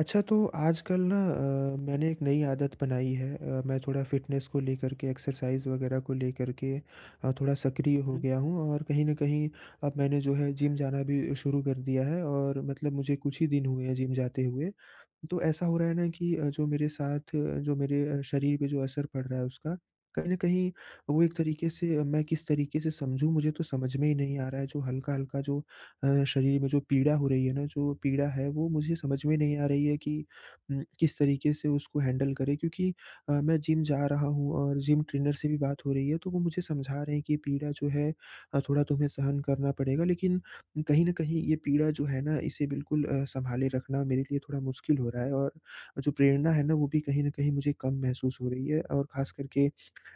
अच्छा तो आजकल ना मैंने एक नई आदत बनाई है। मैं थोड़ा फ़िटनेस को लेकर के एक्सरसाइज़ वगैरह को लेकर के थोड़ा सक्रिय हो हुँ। गया हूँ और कहीं न कहीं अब मैंने जो है जिम जाना भी शुरू कर दिया है और मतलब मुझे कुछ ही दिन हुए हैं जिम जाते हुए। तो ऐसा हो रहा है ना कि जो मेरे साथ जो मेरे शरीर पे जो असर पड़ रहा है उसका, कहीं न कहीं वो एक तरीके से मैं किस तरीके से समझूँ मुझे तो समझ में ही नहीं आ रहा है। जो हल्का-हल्का जो शरीर में जो पीड़ा हो रही है ना, जो पीड़ा है वो मुझे समझ में नहीं आ रही है कि किस तरीके से उसको हैंडल करें, क्योंकि मैं जिम जा रहा हूँ और जिम ट्रेनर से भी बात हो रही है, तो वो मुझे समझा रहे हैं कि पीड़ा जो है थोड़ा तुम्हें सहन करना पड़ेगा। लेकिन कहीं न कहीं ये पीड़ा जो है ना, इसे बिल्कुल सँभाले रखना मेरे लिए थोड़ा मुश्किल हो रहा है और जो प्रेरणा है ना, वो भी कहीं न कहीं मुझे कम महसूस हो रही है और ख़ास करके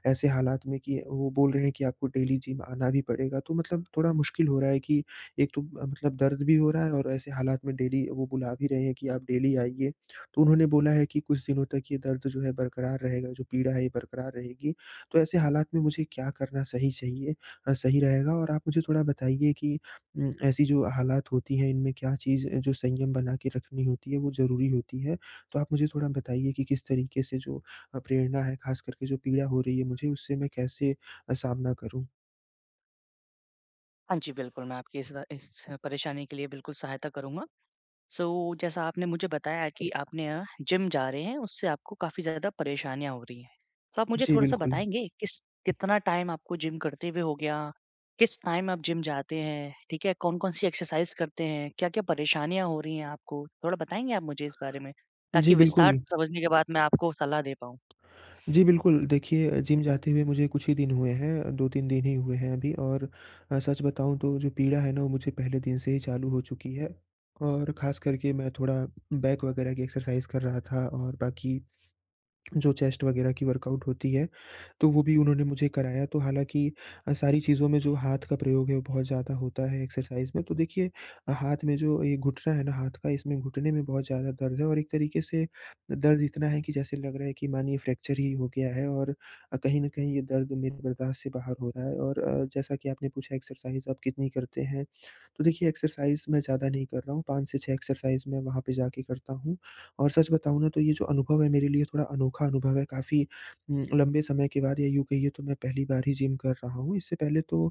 ऐसे हालात में कि वो बोल रहे हैं कि आपको डेली जिम आना भी पड़ेगा, तो मतलब थोड़ा मुश्किल हो रहा है कि एक तो मतलब दर्द भी हो रहा है और ऐसे हालात में डेली वो बुला भी रहे हैं कि आप डेली आइए। तो उन्होंने बोला है कि कुछ दिनों तक ये दर्द जो है बरकरार रहेगा, जो पीड़ा है ये बरकरार रहेगी। तो ऐसे हालात में मुझे क्या करना सही चाहिए, सही रहेगा और आप मुझे थोड़ा बताइए कि ऐसी जो हालात होती हैं, इनमें क्या चीज़ जो संयम बना के रखनी होती है, वो ज़रूरी होती है। तो आप मुझे थोड़ा बताइए कि किस तरीके से जो प्रेरणा है, ख़ास करके जो पीड़ा हो रही है मुझे, उससे मैं कैसे सामना करूँ? हाँ जी, बिल्कुल, मैं आपकी इस परेशानी के लिए बिल्कुल सहायता करूँगा। सो जैसा आपने मुझे बताया कि जिम जा रहे हैं, उससे आपको काफ़ी ज़्यादा परेशानियाँ हो रही हैं। तो आप मुझे जी, थोड़ा-सा बिल्कुल। बताएँगे किस कितना टाइम आपको जिम करते हुए हो गया? किस टाइम आप जिम जाते हैं? ठीक है, कौन-कौन सी एक्सरसाइज़ करते हैं? क्या-क्या परेशानियाँ हो रही हैं आपको? थोड़ा बताएँगे आप मुझे इस बारे में? जी, ताकि विस्तार बिल्कुल। से समझने के बाद मैं आपको सलाह दे पाऊँ। जी, बिल्कुल। देखिए, जिम जाते हुए मुझे कुछ ही दिन हुए हैं, 2-3 दिन ही हुए हैं अभी और सच बताऊँ तो जो पीड़ा है ना, वो मुझे पहले दिन से ही चालू हो चुकी है और ख़ास करके मैं थोड़ा बैक वगैरह की एक्सरसाइज़ कर रहा था और बाकी जो चेस्ट वगैरह की वर्कआउट होती है, तो वो भी उन्होंने मुझे कराया। तो हालाँकि सारी चीज़ों में जो हाथ का प्रयोग है वो बहुत ज़्यादा होता है एक्सरसाइज़ में। तो देखिए हाथ में जो ये घुटना है ना हाथ का, इसमें घुटने में बहुत ज़्यादा दर्द है और एक तरीके से दर्द इतना है कि जैसे लग रहा है कि मानिए फ्रैक्चर ही हो गया है और कहीं न कहीं ये दर्द मेरे बर्दाश्त से बाहर हो रहा है। और जैसा कि आपने पूछा एक्सरसाइज़ आप कितनी करते हैं? तो देखिए एक्सरसाइज़ मैं ज़्यादा नहीं कर रहा हूँ, 5 से 6 एक्सरसाइज़ मैं वहाँ पे जाके करता हूँ। और सच बताऊँ ना तो ये जो अनुभव है मेरे लिए थोड़ा अनोखा अनुभव है, काफ़ी लंबे समय के बाद या यूँ कहिए तो मैं पहली बार ही जिम कर रहा हूँ। इससे पहले तो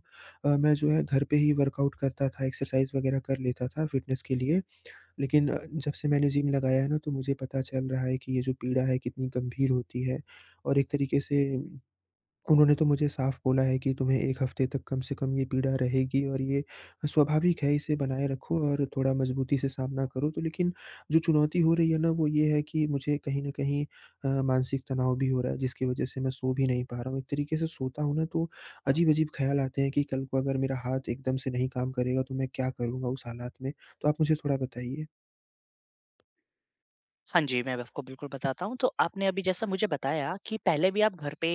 मैं जो है घर पे ही वर्कआउट करता था, एक्सरसाइज़ वगैरह कर लेता था फिटनेस के लिए। लेकिन जब से मैंने जिम लगाया है ना तो मुझे पता चल रहा है कि ये जो पीड़ा है कितनी गंभीर होती है। और एक तरीके से उन्होंने तो मुझे साफ बोला है कि तुम्हें 1 हफ्ते तक कम से कम ये पीड़ा रहेगी और ये स्वाभाविक है, इसे बनाए रखो और थोड़ा मजबूती से सामना करो। तो लेकिन जो चुनौती हो रही है ना, वो ये है कि मुझे कहीं न कहीं मानसिक तनाव भी हो रहा है, जिसकी वजह से मैं सो भी नहीं पा रहा हूँ। एक तरीके से सोता हूँ ना, तो अजीब-अजीब ख्याल आते हैं कि कल को अगर मेरा हाथ एकदम से नहीं काम करेगा, तो मैं क्या करूँगा उस हालात में? तो आप मुझे थोड़ा बताइए। हाँ जी, मैं आपको बिल्कुल बताता हूँ। तो आपने अभी जैसा मुझे बताया कि पहले भी आप घर पे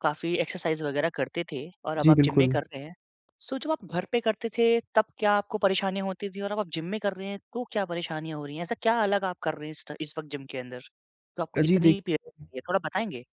काफ़ी एक्सरसाइज़ वग़ैरह करते थे और अब जी, आप जिम में बिल्कुल। कर रहे हैं। सो जब आप घर पे करते थे तब क्या आपको परेशानी होती थी और अब आप जिम में कर रहे हैं तो क्या परेशानियाँ हो रही हैं? ऐसा क्या अलग आप कर रहे हैं इस वक़्त जिम के अंदर? तो आपको जी, इतनी पीड़ा हो देखिए रही है? थोड़ा बताएँगे?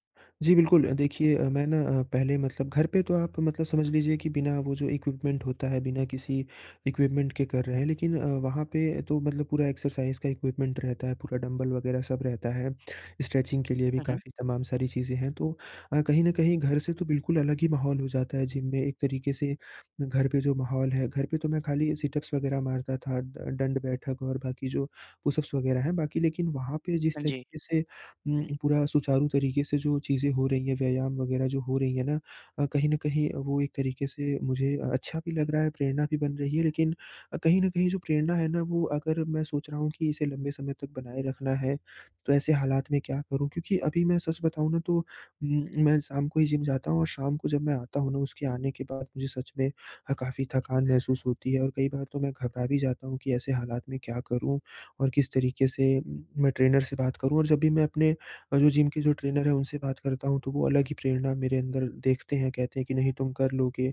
जी, बिल्कुल। देखिए मैं ना पहले मतलब घर पे तो आप मतलब समझ लीजिए कि बिना वो जो इक्विपमेंट होता है, बिना किसी इक्विपमेंट के कर रहे हैं। लेकिन वहाँ पे तो मतलब पूरा एक्सरसाइज़ का इक्विपमेंट रहता है, पूरा डंबल वगैरह सब रहता है। स्ट्रेचिंग के लिए भी हुँ, हुँ। काफ़ी तमाम सारी चीज़ें हैं। तो कहीं न कहीं घर से तो बिल्कुल अलग ही माहौल हो जाता है जिम में। एक तरीके से घर पे जो माहौल है, घर पे तो मैं खाली सिट-अप्स वगैरह मारता था, द दंड बैठक और बाकी जो पुश-अप्स वगैरह हैं, बाकी लेकिन वहाँ पे जिस हाँ जी। तरीके से पूरा सुचारू तरीके से जो चीज़ें हो रही हैं, व्यायाम वगैरह जो हो रही है ना कहीं न कहीं वो एक तरीके से मुझे अच्छा भी लग रहा है, प्रेरणा भी बन रही है। लेकिन कहीं न कहीं जो प्रेरणा है ना वो अगर मैं सोच रहा हूँ कि इसे लंबे समय तक बनाए रखना है, तो ऐसे हालात में क्या करूँ? क्योंकि अभी मैं सच बताऊँ ना तो मैं शाम को ही जिम जाता हूँ और शाम को जब मैं आता हूँ ना उसके आने के बाद मुझे सच में काफ़ी थकान महसूस होती है और कई बार तो मैं घबरा भी जाता हूँ कि ऐसे हालात में क्या करूँ? और किस तरीके से मैं ट्रेनर से बात करूँ? और जब भी मैं अपने और जो जिम के जो ट्रेनर हैं उनसे बात करता हूँ तो वो अलग ही प्रेरणा मेरे अंदर देखते हैं, कहते हैं कि नहीं तुम कर लोगे,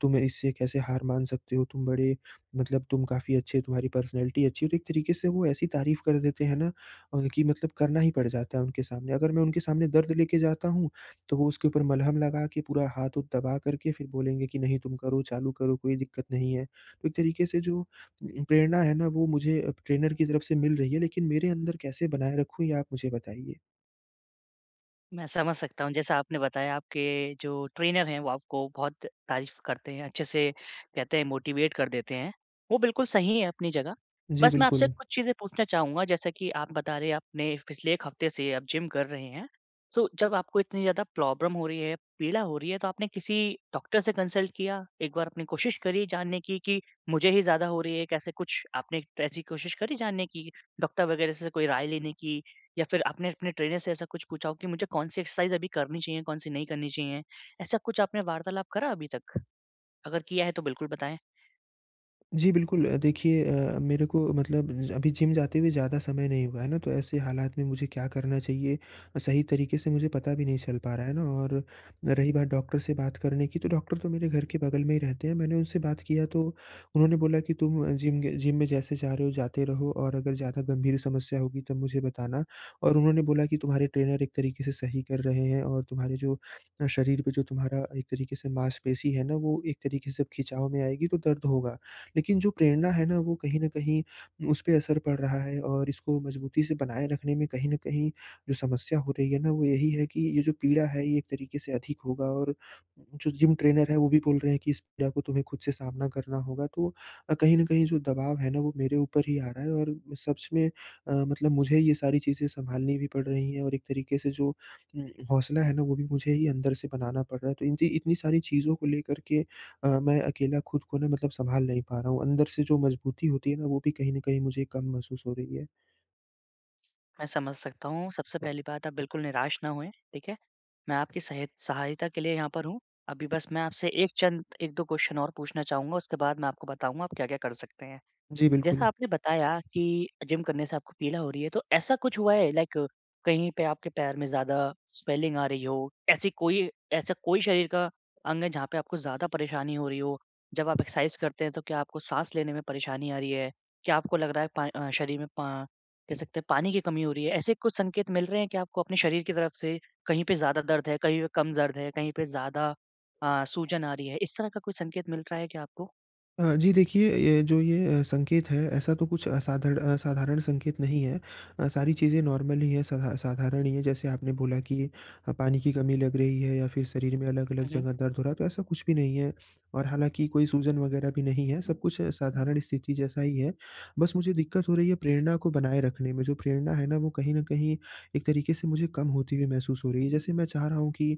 तुम इससे कैसे हार मान सकते हो, तुम बड़े मतलब तुम काफ़ी अच्छे, तुम्हारी पर्सनैलिटी अच्छी है। तो एक तरीके से वो ऐसी तारीफ़ कर देते हैं ना कि मतलब करना ही पड़ जाता है उनके सामने। अगर मैं उनके सामने दर्द लेके जाता हूँ, तो वो उसके ऊपर मलहम लगा के पूरा हाथ उथ दबा करके फिर बोलेंगे कि नहीं तुम करो, चालू करो, कोई दिक्कत नहीं है। तो एक तरीके से जो प्रेरणा है ना वो मुझे ट्रेनर की तरफ से मिल रही है, लेकिन मेरे अंदर कैसे बनाए रखूँ ये आप मुझे बताइए। मैं समझ सकता हूँ। जैसा आपने बताया आपके जो ट्रेनर हैं वो आपको बहुत तारीफ़ करते हैं, अच्छे से कहते हैं मोटिवेट कर देते हैं। वो बिल्कुल सही है अपनी जगह। जी, बस मैं आपसे बिल्कुल। कुछ चीज़ें पूछना चाहूँगा जैसा कि आप बता रहे हैं आपने पिछले 1 हफ़्ते से आप जिम कर रहे हैं। तो जब आपको इतनी ज़्यादा प्रॉब्लम हो रही है, पीड़ा हो रही है तो आपने किसी डॉक्टर से कंसल्ट किया? एक बार आपने कोशिश करी जानने की कि मुझे ही ज़्यादा हो रही है? कैसे कुछ आपने ऐसी कोशिश करी जानने की, डॉक्टर वग़ैरह से कोई राय लेने की? या फिर आपने अपने ट्रेनर से ऐसा कुछ पूछा हो कि मुझे कौन-सी एक्सरसाइज़ अभी करनी चाहिए, कौन-सी नहीं करनी चाहिए? ऐसा कुछ आपने वार्तालाप करा अभी तक? अगर किया है तो बिल्कुल बताएँ, जी, बिल्कुल। देखिए मेरे को मतलब ज अभी जिम जाते हुए ज़्यादा समय नहीं हुआ है ना, तो ऐसे हालात में मुझे क्या करना चाहिए, सही तरीके से मुझे पता भी नहीं चल पा रहा है ना। और रही बात डॉक्टर से बात करने की, तो डॉक्टर तो मेरे घर के बगल में ही रहते हैं। मैंने उनसे बात किया तो उन्होंने बोला कि तुम जिम में जैसे जा रहे हो जाते रहो और अगर ज़्यादा गंभीर समस्या होगी तब मुझे बताना। और उन्होंने बोला कि तुम्हारे ट्रेनर एक तरीके से सही कर रहे हैं और तुम्हारे जो शरीर पे जो तुम्हारा एक तरीके से मांसपेशी है ना, वो एक तरीके से खिंचाव में आएगी तो दर्द होगा। लेकिन जो प्रेरणा है ना वो कहीं न कहीं उस पे असर पड़ रहा है और इसको मजबूती से बनाए रखने में कहीं न कहीं जो समस्या हो रही है ना वो यही है कि ये जो पीड़ा है ये एक तरीके से अधिक होगा। और जो जिम ट्रेनर है वो भी बोल रहे हैं कि इस पीड़ा को तुम्हें खुद से सामना करना होगा, तो कहीं न कहीं जो दबाव है ना वो मेरे ऊपर ही आ रहा है और सच में मतलब मुझे ये सारी चीज़ें सँभालनी भी पड़ रही हैं और एक तरीके से जो हौसला है ना वो भी मुझे ही अंदर से बनाना पड़ रहा है। तो इन ची इतनी सारी चीज़ों को लेकर के मैं अकेला खुद को ना मतलब सँभाल नहीं पा रहा हूँ। अंदर से जो मजबूती होती है ना, वो भी कहीं न कहीं मुझे कम महसूस हो रही है। मैं समझ सकता हूँ। सबसे पहली बात आप बिल्कुल निराश ना होएँ, ठीक है? मैं आपकी सहायता के लिए यहाँ पर हूँ। अभी बस मैं आपसे एक चंद 1-2 क्वेश्चन और पूछना चाहूँगा, उसके बाद मैं आपको बताऊँगा आप क्या-क्या कर सकते हैं। जी, जैसा बिल्कुल। आपने बताया कि जिम करने से आपको पीड़ा हो रही है, तो ऐसा कुछ हुआ है लाइक कहीं पे आपके पैर में ज़्यादा स्वेलिंग आ रही हो, ऐसी कोई ऐसा कोई शरीर का अंग है जहाँ पे आपको ज़्यादा परेशानी हो रही हो? जब आप एक्सरसाइज करते हैं तो क्या आपको साँस लेने में परेशानी आ रही है? क्या आपको लग रहा है शरीर में पा कह सकते हैं पानी की कमी हो रही है? ऐसे कुछ संकेत मिल रहे हैं कि आपको अपने शरीर की तरफ से कहीं पे ज़्यादा दर्द है, कहीं पे कम दर्द है, कहीं पे ज़्यादा सूजन आ रही है, इस तरह का कोई संकेत मिल रहा है क्या आपको? जी देखिए, ये जो ये संकेत है, ऐसा तो कुछ असाधर असाधारण साधारण संकेत नहीं है। सारी चीज़ें नॉर्मल ही है, साधारण ही है। जैसे आपने बोला कि पानी की कमी लग रही है या फिर शरीर में अलग-अलग हुँ, हुँ। जगह दर्द हो रहा है, तो ऐसा कुछ भी नहीं है। और हालाँकि कोई सूजन वगैरह भी नहीं है, सब कुछ साधारण स्थिति जैसा ही है। बस मुझे दिक्कत हो रही है प्रेरणा को बनाए रखने में, जो प्रेरणा है ना, वो कहीं न कहीं एक तरीके से मुझे कम होती हुई महसूस हो रही है। जैसे मैं चाह रहा हूँ कि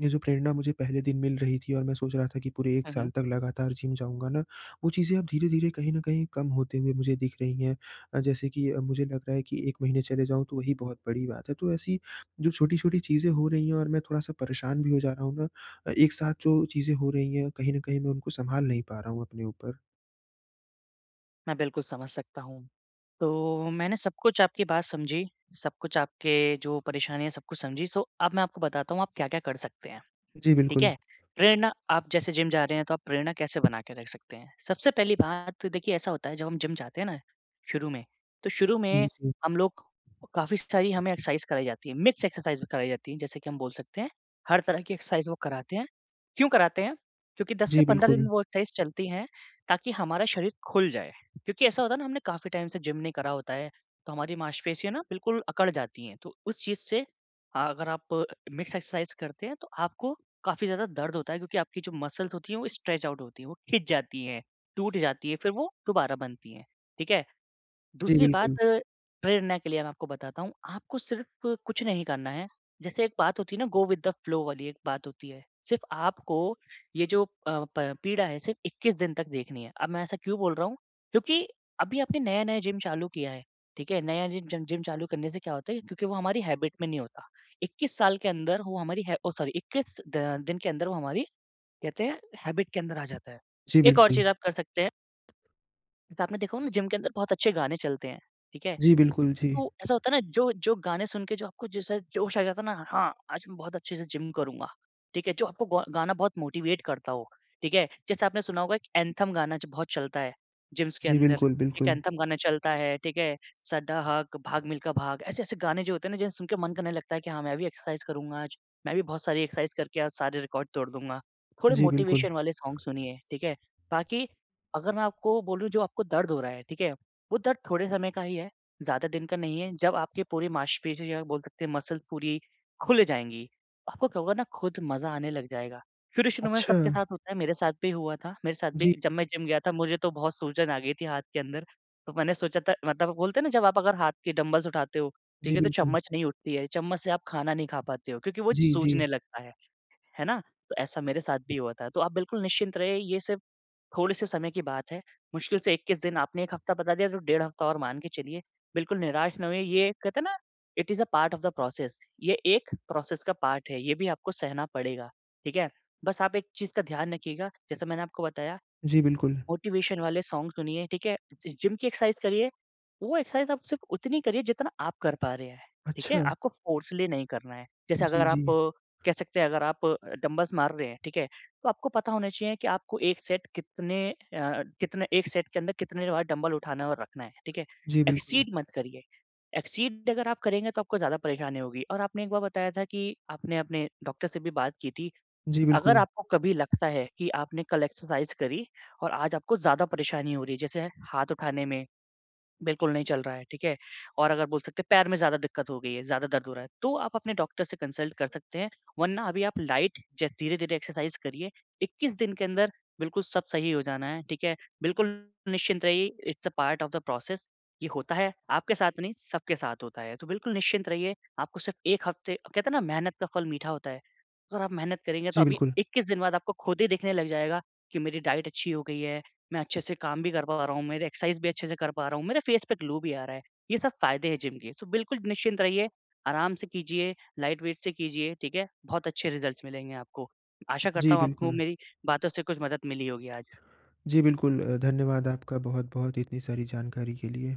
ये जो प्रेरणा मुझे पहले दिन मिल रही थी और मैं सोच रहा था कि पूरे 1 हुँ, हुँ। साल तक लगातार जिम जाऊँगा ना, वो चीज़ें अब धीरे-धीरे कहीं न कहीं कम होते हुए मुझे दिख रही हैं। जैसे कि मुझे लग रहा है कि 1 महीने चले जाऊँ तो वही बहुत बड़ी बात है। तो ऐसी जो छोटी-छोटी चीज़ें हो रही हैं और मैं थोड़ा-सा परेशान भी हो जा रहा हूँ ना एक साथ जो चीज़ें हो रही हैं कहीं न कहीं मैं उनको सँभाल नहीं पा रहा हूँ अपने ऊपर। मैं बिल्कुल समझ सकता हूँ। तो मैंने सब कुछ आपकी बात समझी, सब कुछ आपके जो परेशानी है सब कुछ समझी। सो अब मैं आपको बताता हूँ आप क्या-क्या कर सकते हैं। जी, ठीक बिल्कुल। है? प्रेरणा आप जैसे जिम जा रहे हैं, तो आप प्रेरणा कैसे बना के रख सकते हैं? सबसे पहली बात तो देखिए ऐसा होता है जब हम जिम जाते हैं ना शुरू में, तो शुरू जी, में जी। हम लोग काफ़ी सारी हमें एक्सरसाइज़ कराई जाती है, मिक्स एक्सरसाइज़ भी कराई जाती है, जैसे कि हम बोल सकते हैं हर तरह की एक्सरसाइज़ वो कराते हैं। क्यों कराते हैं? क्योंकि 10 से जी, 15 दिन बिल्कुल। वो एक्सरसाइज़ चलती हैं ताकि हमारा शरीर खुल जाए। क्योंकि ऐसा होता है ना हमने काफ़ी टाइम से जिम नहीं करा होता है, तो हमारी मांसपेशियाँ ना बिल्कुल अकड़ जाती हैं, तो उस चीज़ से हाँ, अगर आप मिक्स एक्सरसाइज़ करते हैं तो आपको काफ़ी ज़्यादा दर्द होता है क्योंकि आपकी जो मसल्स होती हैं वो स्ट्रेच आउट होती हैं, वो खिंच जाती हैं, टूट जाती हैं, फिर वो दोबारा बनती हैं, ठीक है? जी, दूसरी बिल्कुल। बात अ, प्रेरणा के लिए मैं आपको बताता हूँ, आपको सिर्फ़ कुछ नहीं करना है। जैसे एक बात होती है ना गो विद द फ्लो वाली एक बात होती है। सिर्फ़ आपको ये जो अ, प पीड़ा है सिर्फ़ 21 दिन तक देखनी है। अब मैं ऐसा क्यों बोल रहा हूँ? क्योंकि अभी आपने नया-नया जिम चालू किया है, ठीक है? नया जिम जिम जिम चालू करने से क्या होता है क्योंकि वो हमारी हैबिट में नहीं होता। 21 साल के अंदर वो हमारी है ओह सॉरी 21 द दिन के अंदर वो हमारी कहते हैं हैबिट के अंदर आ जाता है। जी, एक और बिल्कुल। चीज़ आप कर सकते हैं, जैसे आपने देखा होगा ना जिम के अंदर बहुत अच्छे गाने चलते हैं, ठीक है? जी, बिल्कुल, जी। तो ऐसा होता है ना जो जो गाने सुन के जो आपको जैसा जोश आ जाता है ना, हाँ, आज मैं बहुत अच्छे से जिम करूँगा, ठीक है? जो आपको गौ गाना बहुत मोटिवेट करता हो, ठीक है? जैसे आपने सुना होगा एक एंथम गाना जो बहुत चलता है जिम्स के जी, अंदर, बिल्कुल, एक बिल्कुल। एंथम गाना चलता है, ठीक है? सड्डा हक, भाग मिल्खा भाग, ऐसे-ऐसे गाने जो होते हैं ना जिन्हें सुन के मन करने लगता है कि हाँ, मैं भी एक्सरसाइज करूँगा आज, मैं भी बहुत सारी एक्सरसाइज करके आज सारे रिकॉर्ड तोड़ दूँगा। थोड़े जी, बिल्कुल। मोटिवेशन वाले सॉन्ग सुनिए, ठीक है? ताकि अगर मैं आपको बोलूँ जो आपको दर्द हो रहा है, ठीक है? वो दर्द थोड़े समय का ही है। ज़्यादा दिन का नहीं है, जब आपकी पूरी मांसपेशी या बोल सकते हैं मसल्स पूरी खुल जाएँगी, आपको क्या होगा ना खुद मज़ा आने लग जाएगा। शुरू-शुरू में अच्छा। सबके साथ होता है, मेरे साथ भी हुआ था। मेरे साथ भी जी, जब मैं जिम गया था मुझे तो बहुत सूजन आ गई थी हाथ के अंदर, तो मैंने सोचा था मतलब बोलते हैं ना जब आप अगर हाथ के डंबल्स उठाते हो, ठीक जी, है, तो बिल्कुल। चम्मच नहीं उठती है, चम्मच से आप खाना नहीं खा पाते हो क्योंकि वो जी, जी। सूजने लगता है ना? तो ऐसा मेरे साथ भी हुआ था। तो आप बिल्कुल निश्चिंत रहिए ये सिर्फ़ थोड़े से समय की बात है, मुश्किल से 21 दिन आपने 1 हफ्ता बता दिया तो डेढ़ हफ्ता और मान के चलिए। बिल्कुल निराश ना होइए, ये कहते हैं ना it is a part of the process, ये एक प्रोसेस का पार्ट है, ये भी आपको सहना पड़ेगा, ठीक है? बस आप एक चीज़ का ध्यान रखिएगा, जैसा मैंने आपको बताया जी, बिल्कुल। मोटिवेशन वाले सॉन्ग सुनिए, ठीक है? जि जिम की एक्सरसाइज़ करिए। वो एक्सरसाइज़ आप सिर्फ़ उतनी करिए जितना आप कर पा रहे हैं, ठीक है? अच्छा। आपको फ़ोर्सली नहीं करना है। जैसे जी, अगर जी। आप अ, कह सकते हैं अगर आप डंबल्स मार रहे हैं, ठीक है? तो आपको पता होना चाहिए कि आपको 1 सेट के अंदर कितने बार डंबल उठाना है और रखना है, ठीक है? जी, बिल्कुल। एक्सीड मत करिए। एक्सीड अगर आप करेंगे तो आपको ज़्यादा परेशानी होगी और आपने एक बार बताया था कि आपने अपने डॉक्टर से भी बात की थी जी, अगर बिल्कुल। आपको कभी लगता है कि आपने कल एक्सरसाइज करी और आज आपको ज़्यादा परेशानी हो रही है, जैसे हाथ उठाने में बिल्कुल नहीं चल रहा है, ठीक है? और अगर बोल सकते हैं पैर में ज़्यादा दिक्कत हो गई है, ज़्यादा दर्द हो रहा है, तो आप अपने डॉक्टर से कंसल्ट कर सकते हैं। वरना अभी आप लाइट ज धीरे-धीरे एक्सरसाइज़ करिए, 21 दिन के अंदर बिल्कुल सब सही हो जाना है, ठीक है? बिल्कुल निश्चिंत रहिए, it's a part of the process. ये होता है, आपके साथ नहीं सबके साथ होता है। तो बिल्कुल निश्चिंत रहिए, आपको सिर्फ़ 1 हफ़्ते कहते हैं ना मेहनत का फल मीठा होता है। अगर आप मेहनत करेंगे तो जी, अभी बिल्कुल। 21 दिन बाद आपको खुद ही दिखने लग जाएगा कि मेरी डाइट अच्छी हो गई है। मैं अच्छे से काम भी कर पा रहा हूँ, मेरे एक्सरसाइज़ भी अच्छे से कर पा रहा हूँ, मेरे फेस पे ग्लो भी आ रहा है। ये सब फ़ायदे हैं जिम के। सो बिल्कुल निश्चिंत रहिए, आराम से कीजिए, लाइट वेट से कीजिए, ठीक है? बहुत अच्छे रिज़ल्ट्स मिलेंगे आपको। आशा करता जी, हूँ आपको बिल्कुल। मेरी बातों से कुछ मदद मिली होगी आज। जी, बिल्कुल धन्यवाद आपका बहुत-बहुत इतनी सारी जानकारी के लिए।